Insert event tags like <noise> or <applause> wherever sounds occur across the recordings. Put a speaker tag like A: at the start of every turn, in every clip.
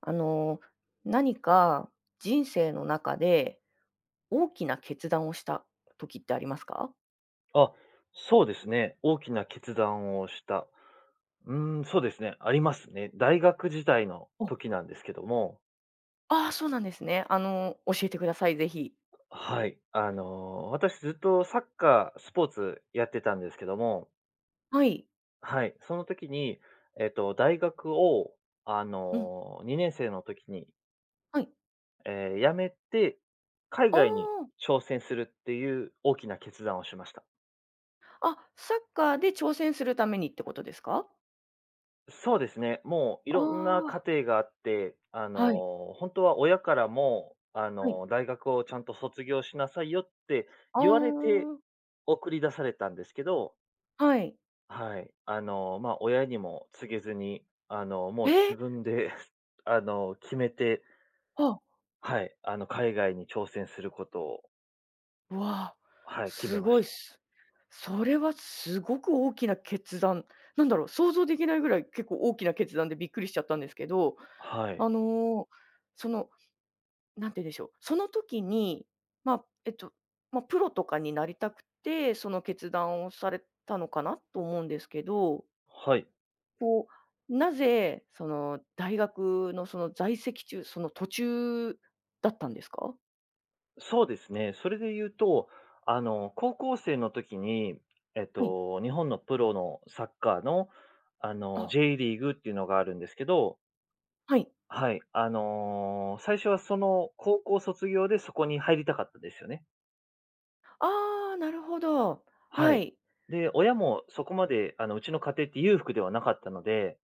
A: あの、何か人生の中で大きな決断をした時ってありますか？
B: あ、そうですね。大きな決断をした。そうですね、ありますね。大学時代の
A: お。
B: 時なんですけども、
A: ああ、そうなんですね。教えてください、ぜひ。
B: はい。私ずっとサッカー、スポーツやってたんですけども、
A: はい。
B: はい、その時に、大学を、
A: うん、
B: 2年生の時に、
A: はい。
B: 辞めて、海外に
A: あ
B: 挑戦するっていう大きな決断をしました。
A: あ、あ、サッカーで挑戦するためにってことですか？
B: そうですね。もういろんな家
A: あ
B: 庭があって、
A: あ、はい、
B: 本当は親からも、
A: はい。
B: 大学をちゃんと卒業しなさいよって
A: あ
B: 言われて
A: あ、
B: 送り出されたんですけど、
A: はい。
B: はい。まあ、親にも告げずに、も
A: え
B: う自
A: え、
B: 分で、<laughs> 決めて、
A: あ、
B: はい、海外に挑戦することを、
A: わあ、
B: はい、決
A: す
B: めま
A: ご
B: し
A: いっ
B: た。
A: す。それはすごく大きな決断。なんだろう、想像できないぐらい結構大きな決断でびっくりしちゃったんですけど、
B: はい。
A: あの、その、なんて言うんでしょう、その時に、まあ、まあ、プロとかになりたくて、その決断をされたのかなと思うんですけど、
B: はい。
A: こう、なぜ、その、大学のその在籍中、その途中だったんですか？
B: そうですね。それで言うと、高校生の時に、
A: はい。
B: 日本のプロのサッカーの、
A: あ、
B: J リーグっていうのがあるんですけど、
A: はい。
B: はい。最初はその高校卒業でそこに入りたかったですよね。
A: ああ、なるほど。
B: は
A: は
B: い。
A: い。
B: で、親もそこまで、うちの家庭って裕福ではなかったので、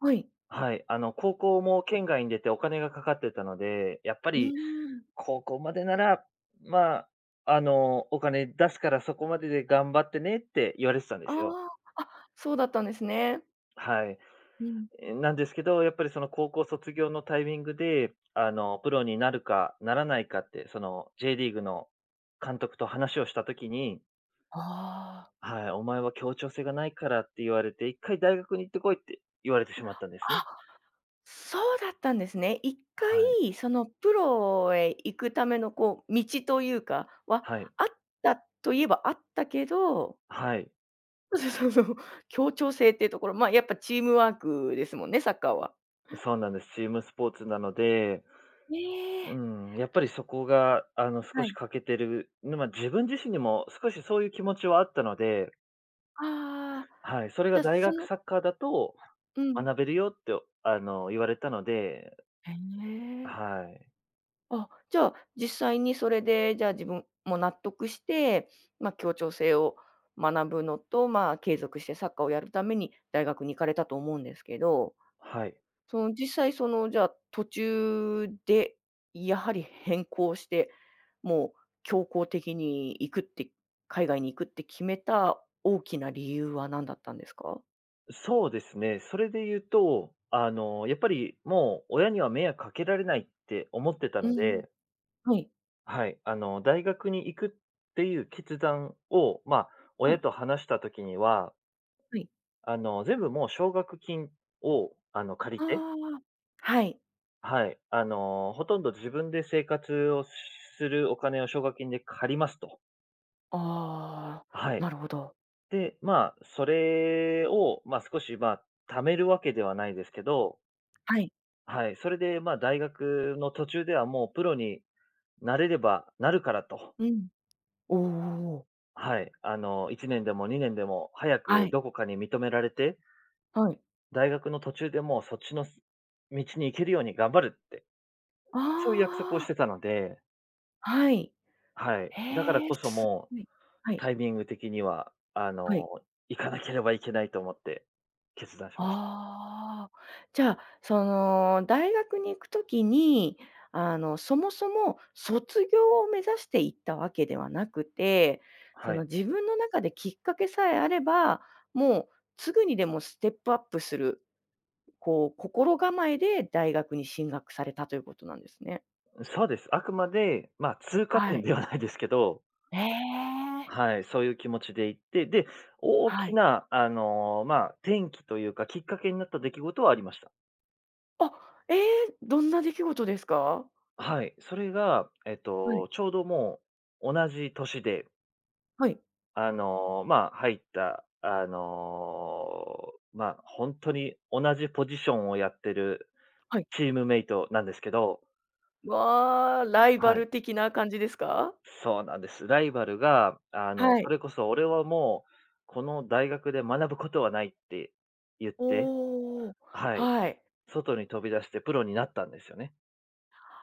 A: はい。
B: はい。高校も県外に出てお金がかかってたので、やっぱ
A: うー
B: り
A: ん。
B: ここまでなら、まあ、お金出すからそこまでで頑張ってねって言われてたんで
A: あ
B: すよ。
A: あ、あ、そうだったんですね。
B: はい。
A: うん。
B: え、なんですけど、やっぱりその高校卒業のタイミングで、プロになるかならないかって、その J リーグの監督と話をした時に、
A: ああ。
B: はい、お前は協調性がないからって言われて、一回大学に行ってこいって言われてしまったんです
A: あ、
B: ね。
A: そうだったんですね。一
B: はい。
A: 回そのプロへ行くためのこう道というかは、
B: はい。
A: あったといえばあったけど、
B: はい。
A: <laughs> そうそうそう、協調性っていうところ、ま、やっぱチームワークですもんね、サッカーは。
B: そうなんです。チームスポーツなので、
A: え
B: う
A: え、
B: ん、やっぱりそこが、
A: は
B: 少し
A: い。
B: 欠けてる。まあ自分自身にも少しそういう気持ちはあったので、
A: ああ、
B: はい、それ
A: じ
B: が
A: ゃ、
B: 大
A: そ
B: 学
A: の、
B: サッカーだと
A: うん。
B: 学べるよって、言われたので、
A: へえ。
B: はい。
A: あ、じゃあ、実際にそれで、じゃあ、自分も納得して、ま、協調性を学ぶのと、まあ、継続してサッカーをやるために大学に行かれたと思うんですけど、
B: はい。
A: その実際、その、じゃあ、途中で、やはり変更して、もう強硬的に行くって、海外に行くって決めた大きな理由は何だったんですか？
B: そうですね、それで言うと、やっぱりもう親には迷惑かけられないって思ってた
A: う
B: の
A: ん。
B: で、
A: はい。
B: はい、大学に行くっていう決断を、まあ、
A: は
B: 親
A: い。
B: と話した時には、
A: はい。
B: 全部もう奨学金を、借り
A: あ
B: て
A: あ。はい。
B: はい。ほとんど自分で生活をするお金を奨学金で借りますと。
A: ああ、
B: は
A: な
B: い。
A: るほど。
B: で、まあ、それを、まあ、少し、まあ、貯めるわけではないですけど、
A: はい。
B: はい。それで、まあ、大学の途中ではもうプロになれればなるからと。
A: うん。おお、
B: はい。1年でも2年でも早
A: は
B: く
A: い。
B: どこかに認められて、
A: はい。
B: 大学の途中でもうそっちの道に行けるように頑張るって、そういう約束を
A: あ
B: し
A: あ、
B: てたので、
A: はい。
B: はい。だから
A: へえ、
B: こそ
A: す
B: も
A: ごい。はい。
B: タイミング的には、
A: はい。
B: 行かなければいけないと思って決断しまし
A: ああ、じゃあ、その、大学に行くときに、そもそも卒業を目指して行ったわけではなくて、
B: た。
A: そ
B: は
A: の、
B: い。
A: 自分の中できっかけさえあれば、もうすぐにでもステップアップする、こう、心構えで大学に進学されたということなんですね。
B: そうです。あくまで、まあ、通過
A: は
B: 点
A: い。
B: ではないですけど、
A: ええ。
B: はい、そういう気持ちで行って、で、大
A: は
B: き
A: い。
B: な、まあ、転機というか、きっかけになった出来事はありました。
A: あ、ええ、どんな出来事ですか？
B: はい。それが、
A: はい、
B: ちょうど同じ年で、
A: はい、
B: まあ、入った、まあ、本当に同じポジションをやってる
A: はい。
B: チームメイトなんですけど、
A: わあ、ライバ
B: はい。
A: ル的な感じですか？
B: そうなんです。ライバルが、
A: は
B: そ
A: い。
B: れこそ俺はもう、この大学で学ぶことはないって言って、
A: おお、
B: はい、
A: はい。
B: 外に飛び出してプロになったんですよね。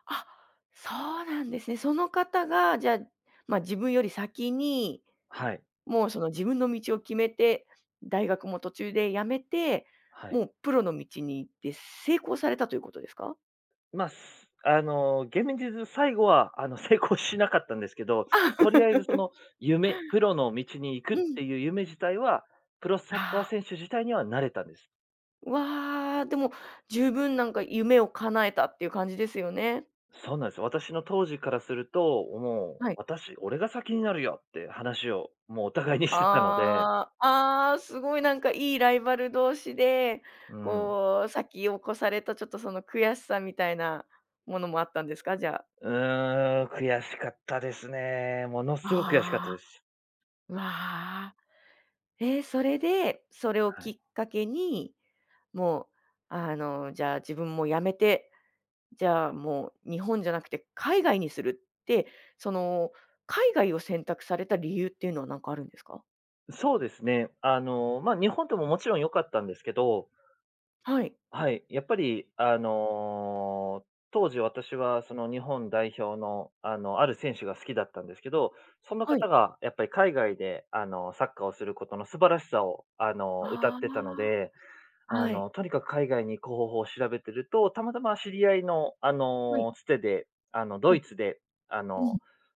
A: あ、そうなんですね。その方が、じゃあ、まあ、自分より先に、
B: はい、
A: もうその自分の道を決めて、大学も途中で辞めて、
B: は
A: も
B: い。
A: うプロの道に行って成功されたということですか？
B: まあ、現実最後は、成功しなかったんですけど、
A: あ。
B: とりあえずその
A: <laughs>
B: 夢、プロの道に行くっ
A: うん。
B: ていう夢自体は、プロサッカー
A: あ
B: 選手自体にはなれたんです。
A: あ、わあ、でも十分なんか夢を叶えたっていう感じですよね。
B: そうなんです。私の当時からすると、もう、
A: はい。
B: 俺が先になるよって話を、もうお互いにしてたので、
A: ああ、ああ、すごいなんかいいライバル同士で、
B: うん。
A: こう先を越されたちょっとその悔しさみたいなものもあったんですか？じゃあ。
B: うーん、悔しかったですね。ものすごく悔しかったで
A: ああ、
B: す。
A: うわあ。ええ、それで、それを
B: は
A: き
B: い。
A: っかけに、もう、じゃあ自分もやめて、じゃあもう日本じゃなくて海外にするって、その海外を選択された理由っていうのは何かあるんですか？
B: そうですね。まあ、日本でももちろん良かったんですけど、
A: はい、
B: はい、やっぱり当時私はその日本代表の、ある選手が好きだったんですけど、その
A: はい。
B: 方がやっぱり海外でサッカーをすることの素晴らしさを、歌っ
A: あ
B: てたので、
A: あ。はい。
B: とにかく海外に行く方法を調べてると、たまたま知り合いの、
A: はい、
B: つてで、ド
A: は
B: イ
A: い。
B: ツで、あの、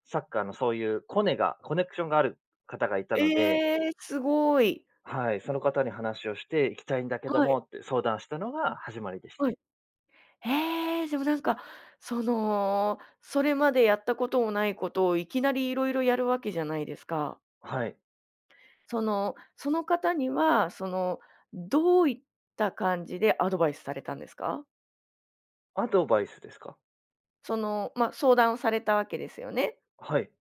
B: サッカーのそういうコネクションがある方がいたので、
A: ええ、すごい。
B: はい、その方に話をして、行きたいんだけど
A: はい、
B: もって相談したのが始まりでした。
A: はい。ええ、でもなんか、その、それまでやったこともないことをいきなりいろいろやるわけじゃないですか。
B: はい。
A: その、その方には、その、どういった感じでアドバイスされたんですか？
B: アドバイスですか？
A: その、ま、相談をされたわけですよね。
B: はい、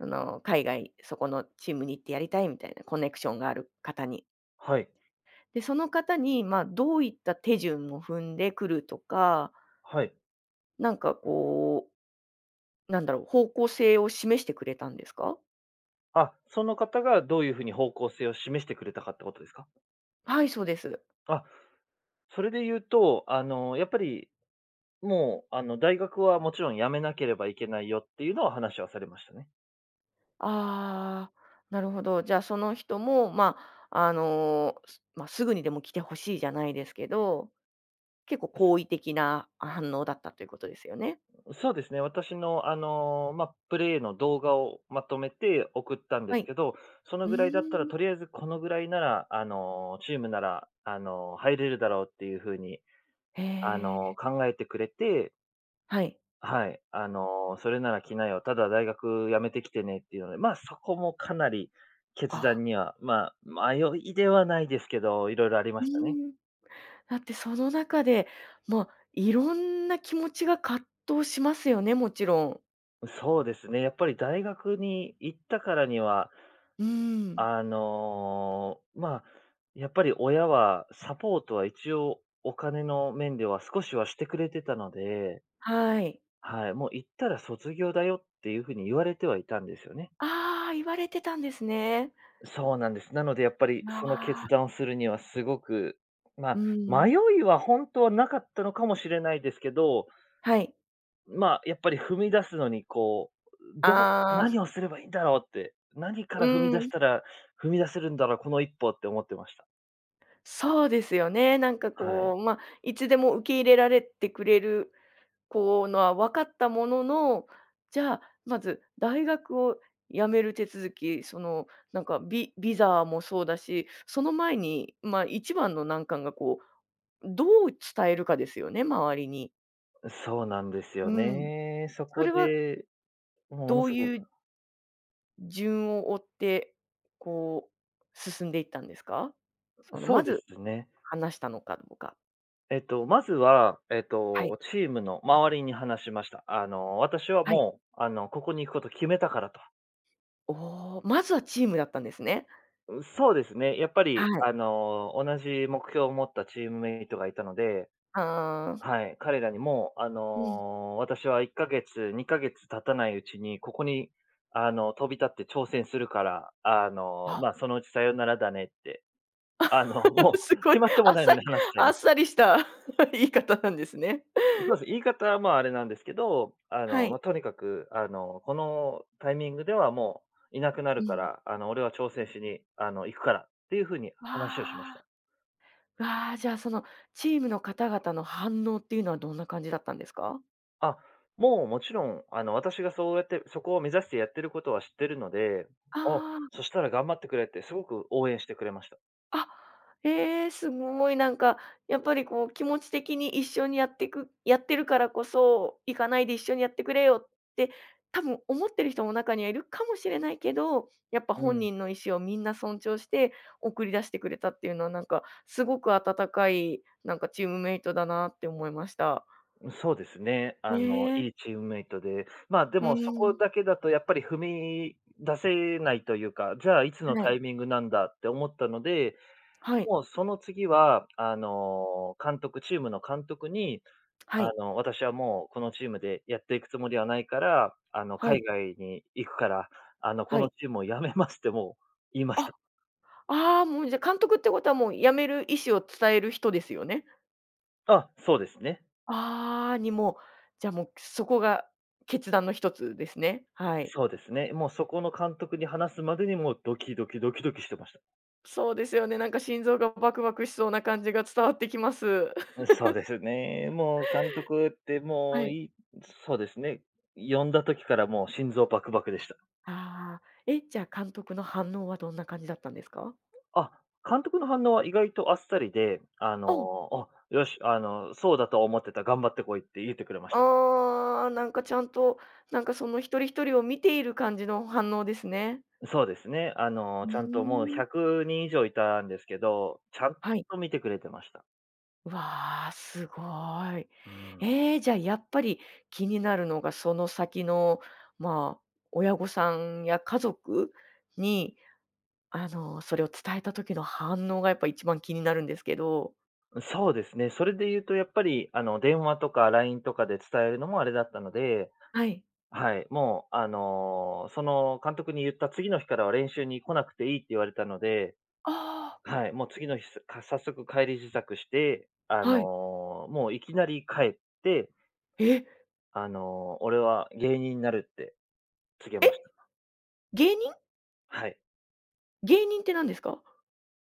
A: その、海外、そこのチームに行ってやりたいみたいなコネクションがある方に。
B: はい、
A: で、その方に、ま、どういった手順を踏んでくるとか、
B: はい。
A: なんかこう、なんだろう、方向性を示してくれたんですか？
B: あ、その方がどういう風に方向性を示してくれたかってことですか？
A: はい、そうです。
B: あ、それで言うと、やっぱりもう、大学はもちろん辞めなければいけないよっていうのは話はされましたね。
A: ああ、なるほど。じゃあ、その人も、まあ、すぐにでも来てほしいじゃないですけど、結構好意的な反応だったということですよね？
B: そうですね、私の、まあ、プレーの動画をまとめて送ったんで
A: は
B: す
A: い。
B: けど、その
A: う
B: ぐらいだったら、
A: ーん。
B: とりあえずこのぐらいなら、チームなら、入れるだろうっていう風に、
A: へえ、
B: 考えてくれて、
A: はい。
B: はい、それなら来なよ、ただ大学辞めてきてねっていうので、まあ、そこもかなり決
A: あ、
B: 断には、まあ、迷いではないですけど、いろいろありま
A: う
B: したね。
A: ーん。だってその中で、まあ、いろんな気持ちが葛藤しますよね、もちろん。
B: そうですね。やっぱり大学に行ったからには、
A: うーん。
B: まあ、やっぱり親はサポートは一応お金の面では少しはしてくれてたので、
A: はい。
B: はい、もう行ったら卒業だよっていうふうに言われてはいたんですよね。
A: ああ、言われてたんですね。
B: そうなんです。なのでやっぱりその
A: あ
B: 決断
A: あ。
B: をするにはすごく、ま
A: う
B: あ、
A: ん、
B: 迷いは本当はなかったのかもしれないですけど、
A: はい。
B: まあ、やっぱり踏み出すのにう、どう
A: ああ、
B: 何をすればいいんだろうって、何か
A: う
B: ら踏み出し
A: ん、
B: たら踏み出せるんだろう、この一歩って思ってました。
A: そうですよね。なんか
B: はい。
A: こう、まあ、いつでも受け入れられてくれるこうのは分かったものの、じゃあ、まず大学を辞める手続き、そのなんかビビザもそうだし、その前に、まあ、一番の難関がこう、どう伝えるかですよね、周りに。
B: そうなんですよ
A: うん。
B: ね。そ
A: そ
B: こ
A: れは
B: で、もうもの
A: どう
B: すご
A: い
B: く
A: う順を追って、こう進んでいったんですか？その
B: そ
A: ま
B: うで
A: ず
B: すね。
A: 話したのかどうか。
B: まずは、
A: はい、
B: チームの周りに話しました。私は
A: はい。
B: もう、ここに行くこと決めたからと。
A: おお、まずはチームだったんですね。
B: そうですね。やっぱ
A: は
B: り、
A: い。
B: 同じ目標を持ったチームメイトがいたので、
A: ああ、
B: はい、彼らにも、
A: うん。
B: 私は1ヶ月、2ヶ月経たないうちに、ここに、飛び立って挑戦するから、
A: あ。
B: まあ、そのうちさよならだねって、
A: <laughs>
B: も
A: す
B: う
A: ごい、
B: 決まって
A: あ
B: も
A: っ
B: ない
A: さ
B: の
A: り、
B: に話しちゃい
A: あっ
B: まし
A: さりした <laughs>、言い方なんですね。
B: た。そうです。言い方は、まあ、あれなんですけど、
A: は
B: ま
A: い。
B: あ、とにかく、このタイミングではもういなくな
A: う
B: るか
A: ん。
B: ら、俺は挑戦しに、行くからっていうふうに
A: わ
B: 話をしました。
A: あ、わあ、じゃあ、そのチームの方々の反応っていうのはどんな感じだったんですか？
B: あ、もうもちろん、私がそうやって、そこを目指してやってることは知ってるので、あ、
A: ああ。
B: そしたら頑張ってくれってすごく応援してくれました。
A: あ、ええ、すごいなんか、やっぱりこう気持ち的に一緒にやってくやってるからこそ、行かないで一緒にやってくれよって多分思ってる人も中にはいるかもしれないけど、やっぱ
B: う
A: 本
B: ん、
A: 人の意思をみんな尊重して送り出してくれたっていうのはなんか、すごく温かい、なんかチームメイトだなって思いました。
B: そうですね。
A: ね
B: いい
A: え。
B: チームメイトで、まあ、で
A: うー
B: もそこ
A: ん。
B: だけだとやっぱり踏み出せないというか、じゃあいつの
A: は
B: タ
A: い。
B: イミングなんだって思ったので、
A: はい。
B: もうその次は、監督チームの監督に、
A: はい。
B: 私はもうこのチームでやっていくつもりはないから、
A: は
B: 海
A: い。
B: 外に行くから、こ
A: は
B: の
A: い。
B: チームを辞めますってもう言いました。
A: あ、ああ、もうじゃ、監督ってことはもう辞める意思を伝える人ですよね？
B: あ、そうですね。
A: ああ、にも、じゃあもう、そこが決断の一つですね。はい。
B: そうですね。もうそこの監督に話すまでにもうドキドキドキドキしてました。
A: そうですよね、なんか心臓がバクバクしそうな感じが伝わってきます。
B: うん、
A: <laughs>
B: そうですね。もう監督っても
A: は
B: う
A: い。
B: いそうですね。呼んだ時からもう心臓バクバクでした。
A: ああ、え、じゃあ監督の反応はどんな感じだったんですか？
B: あ、監督の反応は意外とあっさりで、
A: お、
B: あ、よし、そうだと思ってた、頑張ってこいって言ってくれました。
A: ああ、なんかちゃんと、なんかその一人一人を見ている感じの反応ですね。
B: そうですね。
A: う
B: ちゃんともう
A: ーん。
B: 100人以上いたんですけど、ちゃん
A: はい。
B: と見てくれてました。
A: わあ、すごい。
B: うん。
A: じゃあやっぱり気になるのがその先の、まあ、親御さんや家族に、それを伝えた時の反応がやっぱ一番気になるんですけど。
B: そうですね。それで言うとやっぱり、電話とか LINE とかで伝えるのもあれだったので、
A: はい。
B: はい、もう、その監督に言った次の日からは練習に来なくていいって言われたので、
A: あ
B: はい、もう次の日早速帰り支度して、
A: あ、はい。
B: もういきなり帰って、
A: え、
B: 俺は芸人になるって告げ
A: え、
B: ました。
A: 芸人？
B: はい。
A: 芸人って何ですか？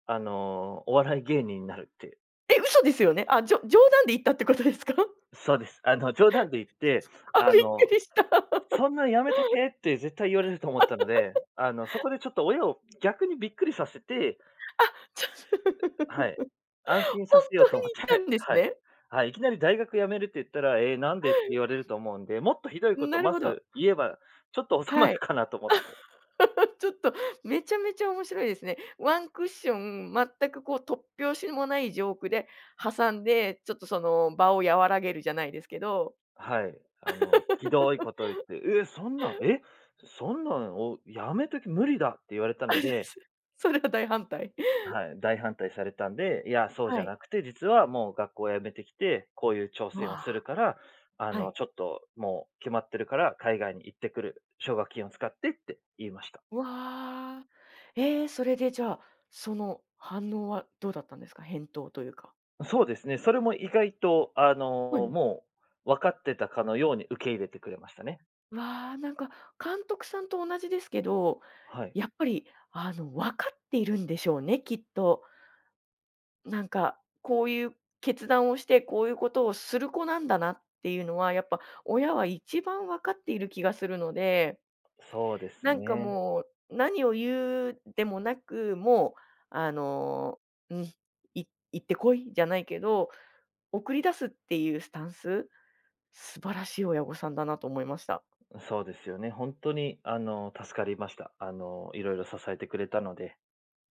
B: お笑い芸人になるって。
A: え、嘘ですよね？あ、冗談で言ったってことですか？<laughs>
B: そうです。冗談で言って、
A: あ、
B: あ
A: びっ
B: の、
A: くりした。<laughs>
B: そんなんやめとけって絶対言われると思ったので、そこでちょっと親を逆にびっくりさせて、
A: ちょ
B: はい。
A: <laughs> 本当に言っ
B: 安心させようと思っ
A: たん
B: て、<laughs>
A: です
B: はい。
A: ね。
B: はい、いきなり大学辞めるって言ったら、えーなんでって言われると思うんで、もっとひどいこと
A: なる
B: ま
A: ほど。
B: ず言えば、ちょっと収ま
A: は
B: る
A: い。
B: かなと思って。
A: <laughs> ちょっとめちゃめちゃ面白いですね。ワンクッション、全くこう突拍子もないジョークで挟んで、ちょっとその場を和らげるじゃないですけど、<laughs>
B: はい。ひどいことを言って、えー、そんなん、え、そんなんをやめとき無理だって言われた
A: あ
B: の
A: れで
B: で、
A: す。それは大反対。
B: はい、大反対されたんで、いや、そうじ
A: は
B: ゃ
A: い。
B: なくて、実はもう学校を辞めてきて、こういう挑戦を
A: わ
B: する
A: あ、
B: から、
A: はい。
B: ちょっともう決まってるから、海外に行ってくる奨学金を使ってって言いました。
A: わあ。ええ、それでじゃあ、その反応はどうだったんですか？返答というか。
B: そうですね。それも意外と、
A: はい。
B: もう分かってたかのように受け入れてくれましたね。
A: わあ、なんか監督さんと同じですけど、
B: はい。
A: やっぱり分かっているんでしょうね、きっと。なんか、こういう決断をして、こういうことをする子なんだなっていうのは、やっぱ親は一番分かっている気がするので、
B: そうです
A: なんか
B: ね。
A: もう、何を言うでもなく、もう、あの、うん、い行ってこいじゃないけど、送り出すっていうスタンス、素晴らしい親御さんだなと思いました。
B: そうですよね。本当に、助かりました。いろいろ支えてくれたので。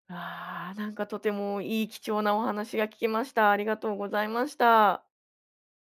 A: ああ、なんかとてもいい貴重なお話が聞きました。ありがとうございました。